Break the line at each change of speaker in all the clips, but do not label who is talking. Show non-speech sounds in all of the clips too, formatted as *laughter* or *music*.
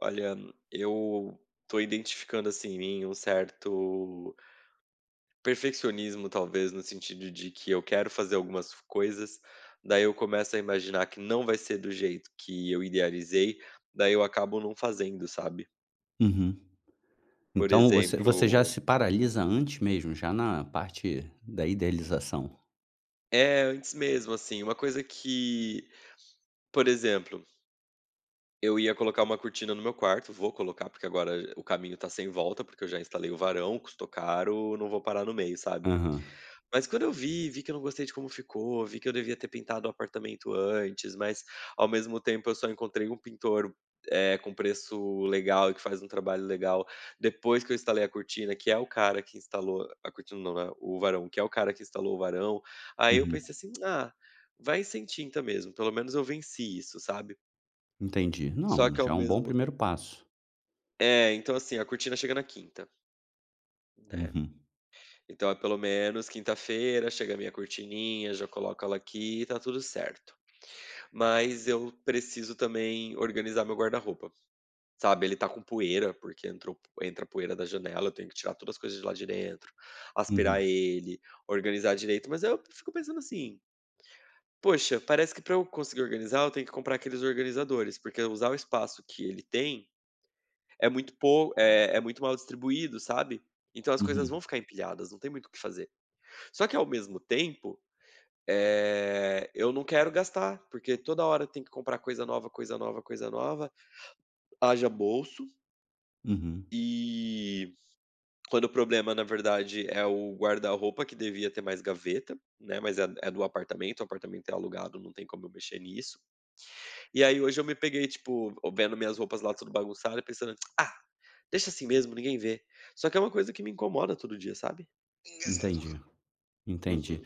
Olha, eu tô identificando assim em mim um certo perfeccionismo, talvez, no sentido de que eu quero fazer algumas coisas, daí eu começo a imaginar que não vai ser do jeito que eu idealizei, daí eu acabo não fazendo, sabe?
Uhum.
Por
Então você já
exemplo,
se paralisa antes mesmo, já na parte da idealização.
é antes mesmo, assim, uma coisa que, por exemplo, eu ia colocar uma cortina no meu quarto, vou colocar, porque agora o caminho tá sem volta, porque eu já instalei o varão, custou caro, não vou parar no meio, sabe?
Aham.
Mas quando eu vi, vi que eu não gostei de como ficou, vi que eu devia ter pintado o apartamento antes, mas ao mesmo tempo eu só encontrei um pintor, com preço legal e que faz um trabalho legal depois que eu instalei a cortina, que é o cara que instalou a cortina não, né, o varão, que é o cara que instalou o varão. Aí eu
Uhum.
pensei assim: "Ah, vai sem tinta mesmo, pelo menos eu venci isso", sabe.
Entendi.
Só
Não,
que ao
já é um bom
mesmo
primeiro passo.
é, então assim, a cortina chega na quinta, né.
Uhum.
Então é pelo menos quinta-feira chega a minha cortininha, já coloco ela aqui e tá tudo certo. Mas eu preciso também organizar meu guarda-roupa, sabe. Ele tá com poeira, porque entrou entra poeira da janela, eu tenho que tirar todas as coisas de lá de dentro, aspirar
Uhum.
ele, organizar direito, mas eu fico pensando assim: "Poxa, parece que pra eu conseguir organizar eu tenho que comprar aqueles organizadores, porque usar o espaço que ele tem é muito pouco, é muito mal distribuído", sabe. Então as coisas
Uhum.
vão ficar empilhadas, não tem muito o que fazer. Só que ao mesmo tempo, eu não quero gastar, porque toda hora tem que comprar coisa nova, coisa nova, coisa nova. Haja bolso,
Uhum.
e quando o problema, na verdade, é o guarda-roupa, que devia ter mais gaveta, né, mas é do apartamento, o apartamento é alugado, não tem como eu mexer nisso. E aí hoje eu me peguei, tipo, vendo minhas roupas lá tudo bagunçado e pensando: "Ah, deixa assim mesmo, ninguém vê". Só que é uma coisa que me incomoda todo dia, sabe? Engraçadura.
Entendi, entendi.
Uhum.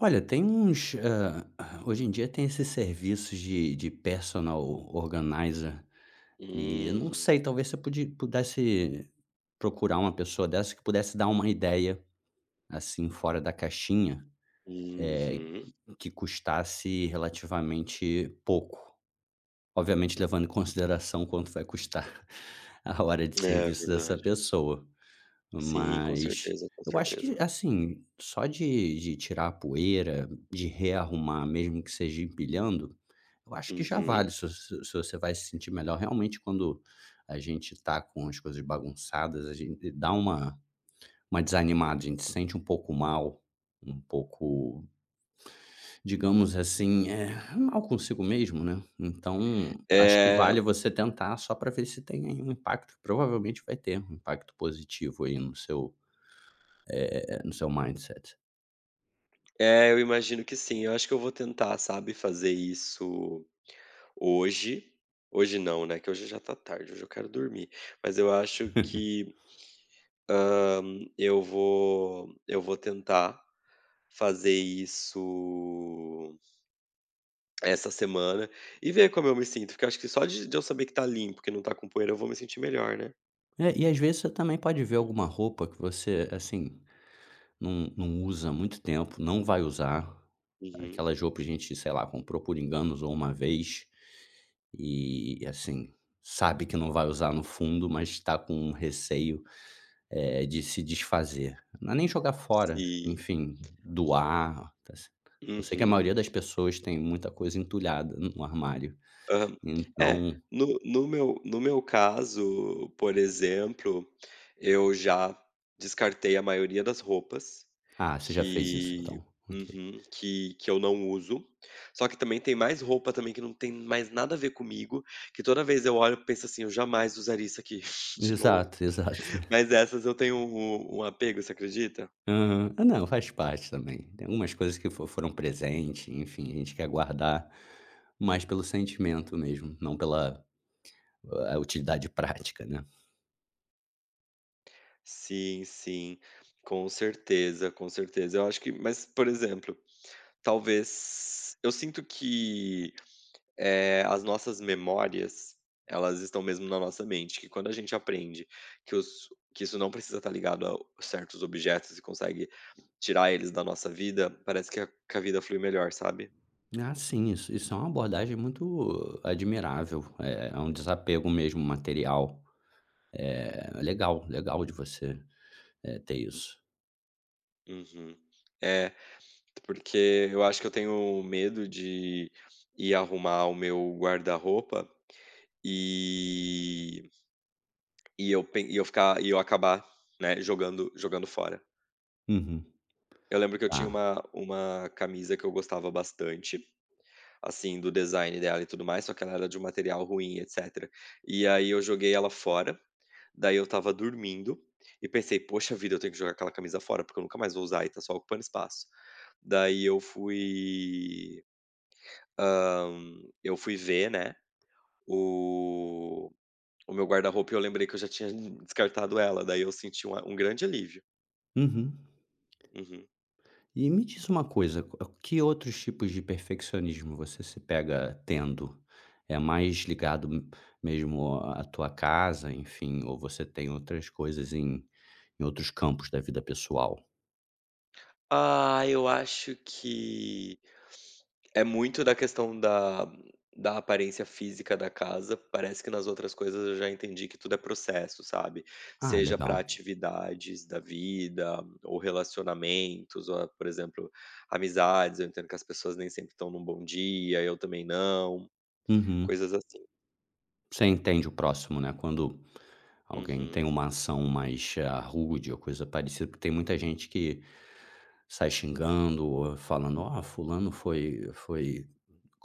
Olha, tem uns, hoje em dia tem esses serviços de personal organizer e eu não
Hum,
sei, talvez você podi pudesse procurar uma pessoa dessa que pudesse dar uma ideia, assim, fora da caixinha. Eh,
uhum.
que custasse relativamente pouco. Obviamente levando em consideração quanto vai custar *laughs* a hora de
É
serviço dessa
verdade.
pessoa.
Sim, com
Mas
certeza, com
eu acho
certeza.
que, assim, só de tirar a poeira, de rearrumar, mesmo que seja empilhando, eu acho que já vale.
Uhum.
Se você vai se sentir melhor realmente quando a gente tá com as coisas bagunçadas, a gente dá uma desanimada, a gente se sente um pouco mal, um pouco. Digamos assim, mal consigo mesmo, né, então acho que
Eh,
vale você tentar só para ver se tem aí um impacto, que provavelmente vai ter um impacto positivo aí no seu, no seu mindset.
é, eu imagino que sim. Eu acho que eu vou tentar, sabe, fazer isso hoje. Hoje não, né, que hoje já tá tarde, hoje eu quero dormir. Mas eu acho que eu vou tentar fazer isso essa semana e ver como eu me sinto, porque eu acho que só de eu saber que tá limpo, que não tá com poeira, eu vou me sentir melhor, né.
É, e às vezes você também pode ver alguma roupa que você, assim, não usa há muito tempo, não vai usar,
Uhum.
aquelas roupas que a gente, sei lá, comprou por enganos ou uma vez, e, assim, sabe que não vai usar no fundo, mas está com um receio. De se desfazer. Não é nem jogar fora,
Sim.
enfim, doar, tá ce, eu sei que a
Uhum.
maioria das pessoas tem muita coisa entulhada no armário,
Aham. É,
então.
no meu no meu caso, por exemplo, eu já descartei a maioria das roupas
Ah, você já fez isso
que
então, ok.
uhum, que eu não uso. Só que também tem mais roupa também que não tem mais nada a ver comigo, que toda vez eu olho e penso assim: "Eu jamais usaria isso aqui *laughs* de novo".
Exato, exato. *laughs*
Mas essas eu tenho um apego, você acredita?
Aham. Ah, não, faz parte também. Tem algumas coisas que fo foram
Uhum.
presente, enfim, a gente quer guardar mais pelo sentimento mesmo, não pela a utilidade prática, né.
Sim, sim, com certeza, com certeza. Eu acho que mas, por exemplo Talvez. Eu sinto que, as nossas memórias, elas estão mesmo na nossa mente, que quando a gente aprende que os que isso não precisa estar ligado a certos objetos e consegue tirar eles da nossa vida, parece que a vida flui melhor, sabe.
Ah, sim, isso é uma abordagem muito admirável, é é um desapego mesmo material. É legal, legal de você, ter isso.
Uhum. É, porque eu acho que eu tenho medo de ir arrumar o meu guarda-roupa e e eu pen e eu ficar e eu acabar, né, jogando fora.
Uhum.
Eu lembro que eu tinha
Tá.
uma camisa que eu gostava bastante, assim, do design dela e tudo mais, só que ela era de um material ruim, etcétera. E aí eu joguei ela fora, daí eu estava dormindo e pensei: "Poxa vida, eu tenho que jogar aquela camisa fora, porque eu nunca mais vou usar e tá só ocupando espaço". Daí eu fui, hã, eu fui ver, né, o o meu guarda-roupa e eu lembrei que eu já tinha descartado ela, daí eu senti um grande alívio.
Uhum.
Uhum.
E me diz uma coisa, que outros tipos de perfeccionismo você se pega tendo? É mais ligado m mesmo à tua casa, enfim, ou você tem outras coisas em em outros campos da vida pessoal?
Ah, eu acho que é muito da questão da aparência física da casa. Parece que nas outras coisas eu já entendi que tudo é processo, sabe?
Ah,
Seja
legal.
para atividades da vida ou relacionamentos, ou, por exemplo, amizades. Eu entendo que as pessoas nem sempre estão num bom dia, eu também não,
Uhum.
coisas assim.
Você entende o próximo, né, quando alguém
Uhum.
tem uma ação mais, ah, rude ou coisa parecida, porque tem muita gente que sai xingando ou falando: "Ó, fulano foi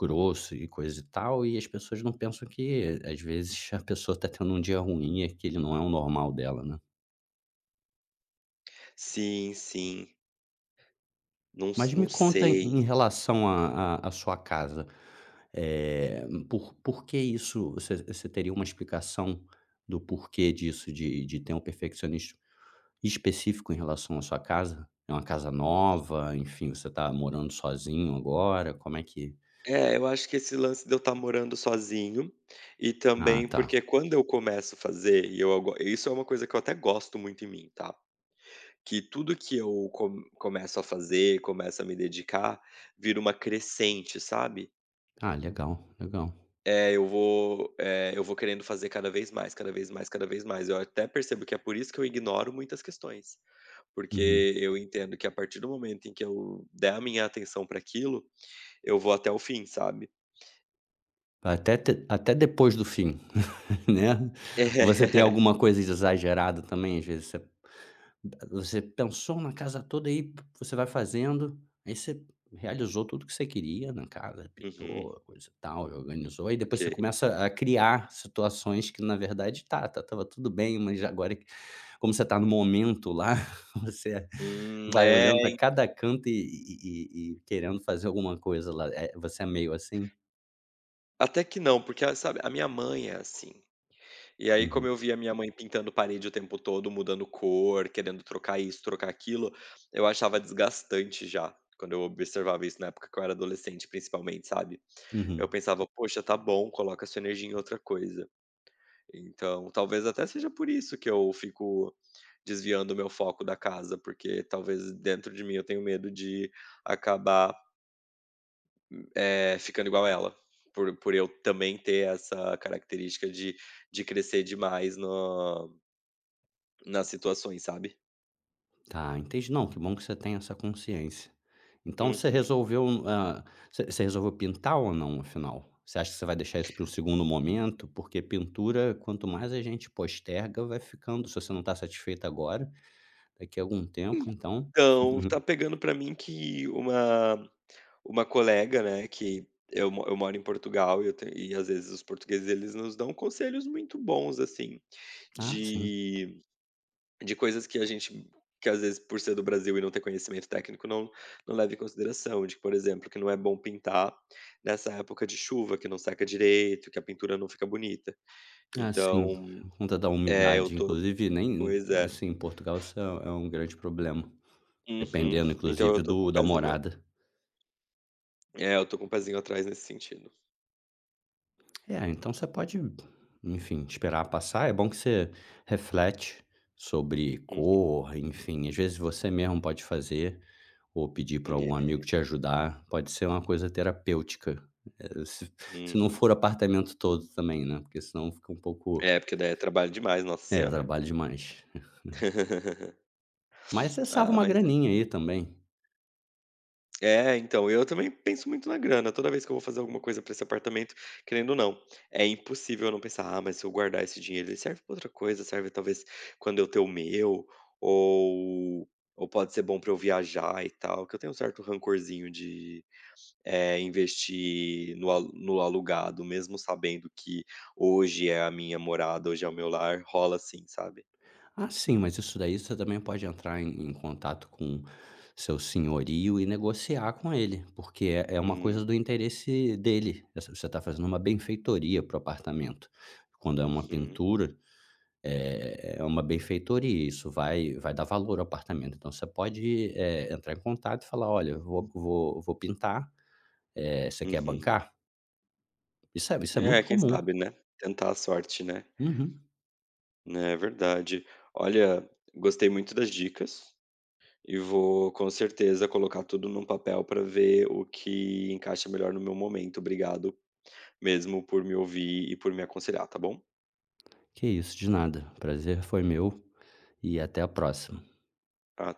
grosso e coisa e tal", e as pessoas não pensam que, às vezes, a pessoa está tendo um dia ruim e ele não é o normal dela, né.
Sim, sim. Não
Mas
s
me
não
conta em
sei.
em relação à sua casa, por que isso você teria uma explicação do porquê disso de ter um perfeccionismo específico em relação à sua casa? É uma casa nova, enfim, você está morando sozinho agora, como é que.
É, eu acho que esse lance de eu estar morando sozinho, e
Ah,
também
tá.
porque quando eu começo a fazer, e eu ago isso é uma coisa que eu até gosto muito em mim, tá, que tudo que eu co começo a fazer, começo a me dedicar, vira uma crescente, sabe.
Ah, legal, legal.
É, eu vou, eu vou querendo fazer cada vez mais, cada vez mais, cada vez mais. Eu até percebo que é por isso que eu ignoro muitas questões,
Uhum.
porque eu entendo que a partir do momento em que eu der a minha atenção para aquilo, eu vou até o fim, sabe.
Até te até depois do fim, *laughs* né.
*laughs*
Você tem
É.
alguma coisa exagerada também? Às vezes você pensou na casa toda aí você vai fazendo, aí você realizou tudo que você queria na casa,
Uhum.
pintou, coisa e tal, organizou, aí
Ok.
depois você começa a criar situações que na verdade tá estava tudo bem, mas agora que como você tá no momento lá, *laughs* você vai
É,
olhando para cada canto e querendo fazer alguma coisa lá, você é meio assim?
até que não, porque a sabe, a minha mãe é assim. E aí como
Uhum,
eu via a minha mãe pintando parede o tempo todo, mudando cor, querendo trocar isso, trocar aquilo, eu achava desgastante já, quando eu observava isso na época que eu era adolescente principalmente, sabe. Eu
uhum.
pensava: "Poxa, tá bom, coloca sua energia em outra coisa". Então, talvez até seja por isso que eu fico desviando o meu foco da casa, porque talvez dentro de mim eu tenho medo de acabar ficando igual ela, por eu também ter essa característica de crescer demais no nas situações, sabe.
Tá, entendi. Não, que bom que você tem essa consciência. Então você
Uhum.
resolveu, ah, você resolveu pintar ou não, afinal? Você acha que você vai deixar isso para um segundo momento? Porque pintura, quanto mais a gente posterga, vai ficando. Se você não está satisfeito agora, daqui a algum tempo, então.
Então, tá
*laughs*
pegando pra mim que uma colega, né, que eu moro em Portugal e eu tenho e às vezes os portugueses eles nos dão conselhos muito bons, assim,
Ah, sim.
de de coisas que a gente que às vezes por ser do Brasil e não ter conhecimento técnico não leva em consideração, de, por exemplo, que não é bom pintar nessa época de chuva, que não seca direito, que a pintura não fica bonita.
Ah, sim,
Então,
por conta da
é eu
umidade.
tô
Inclusive, nem
pois é.
assim, em Portugal isso é um grande problema,
Uhum.
dependendo,
Então
inclusive,
eu tô com
do
o
da
pezinho a
morada.
é, eu tô com o pezinho atrás nesse sentido.
É, então você pode, enfim, esperar passar. É bom que você reflete sobre
Uhum.
cor, enfim, às vezes você mesmo pode fazer ou pedir para algum
É.
amigo te ajudar. Pode ser uma coisa terapêutica. Eh, se Se não
Uhum.
for apartamento todo também, né, porque senão fica um pouco,
É, porque daí é trabalho demais, nossa
é,
senhora.
trabalho demais.
*laughs*
Mas você salva
Ah,
uma
mas é
graninha aí também.
É, então, eu também penso muito na grana. Toda vez que eu vou fazer alguma coisa pra esse apartamento, querendo ou não, é impossível eu não pensar: "Ah, mas se eu guardar esse dinheiro, ele serve pra outra coisa, serve talvez quando eu ter o meu, ou ou pode ser bom pra eu viajar e tal", que eu tenho um certo rancorzinho de, investir no alugado, mesmo sabendo que hoje é a minha morada, hoje é o meu lar, rola assim, sabe.
Ah, sim, mas isso daí você também pode entrar em, em contato com seu senhorio e negociar com ele, porque é, é uma
Hum,
coisa do interesse dele. Essa- Você está fazendo uma benfeitoria para o apartamento. Quando é uma
uhum,
pintura, é, é uma benfeitoria, isso vai, vai dar valor ao apartamento. Então você pode é, entrar em contato e falar: olha, eu vou pintar, é, você quer
uhum.
bancar? Isso é
É,
muito
quem
comum.
sabe, né, tentar a sorte, né.
Uhum.
É verdade. Olha, gostei muito das dicas e vou com certeza colocar tudo num papel para ver o que encaixa melhor no meu momento. Obrigado mesmo por me ouvir e por me aconselhar, tá bom?
Que isso, de nada. Prazer foi meu e até a próxima.
Até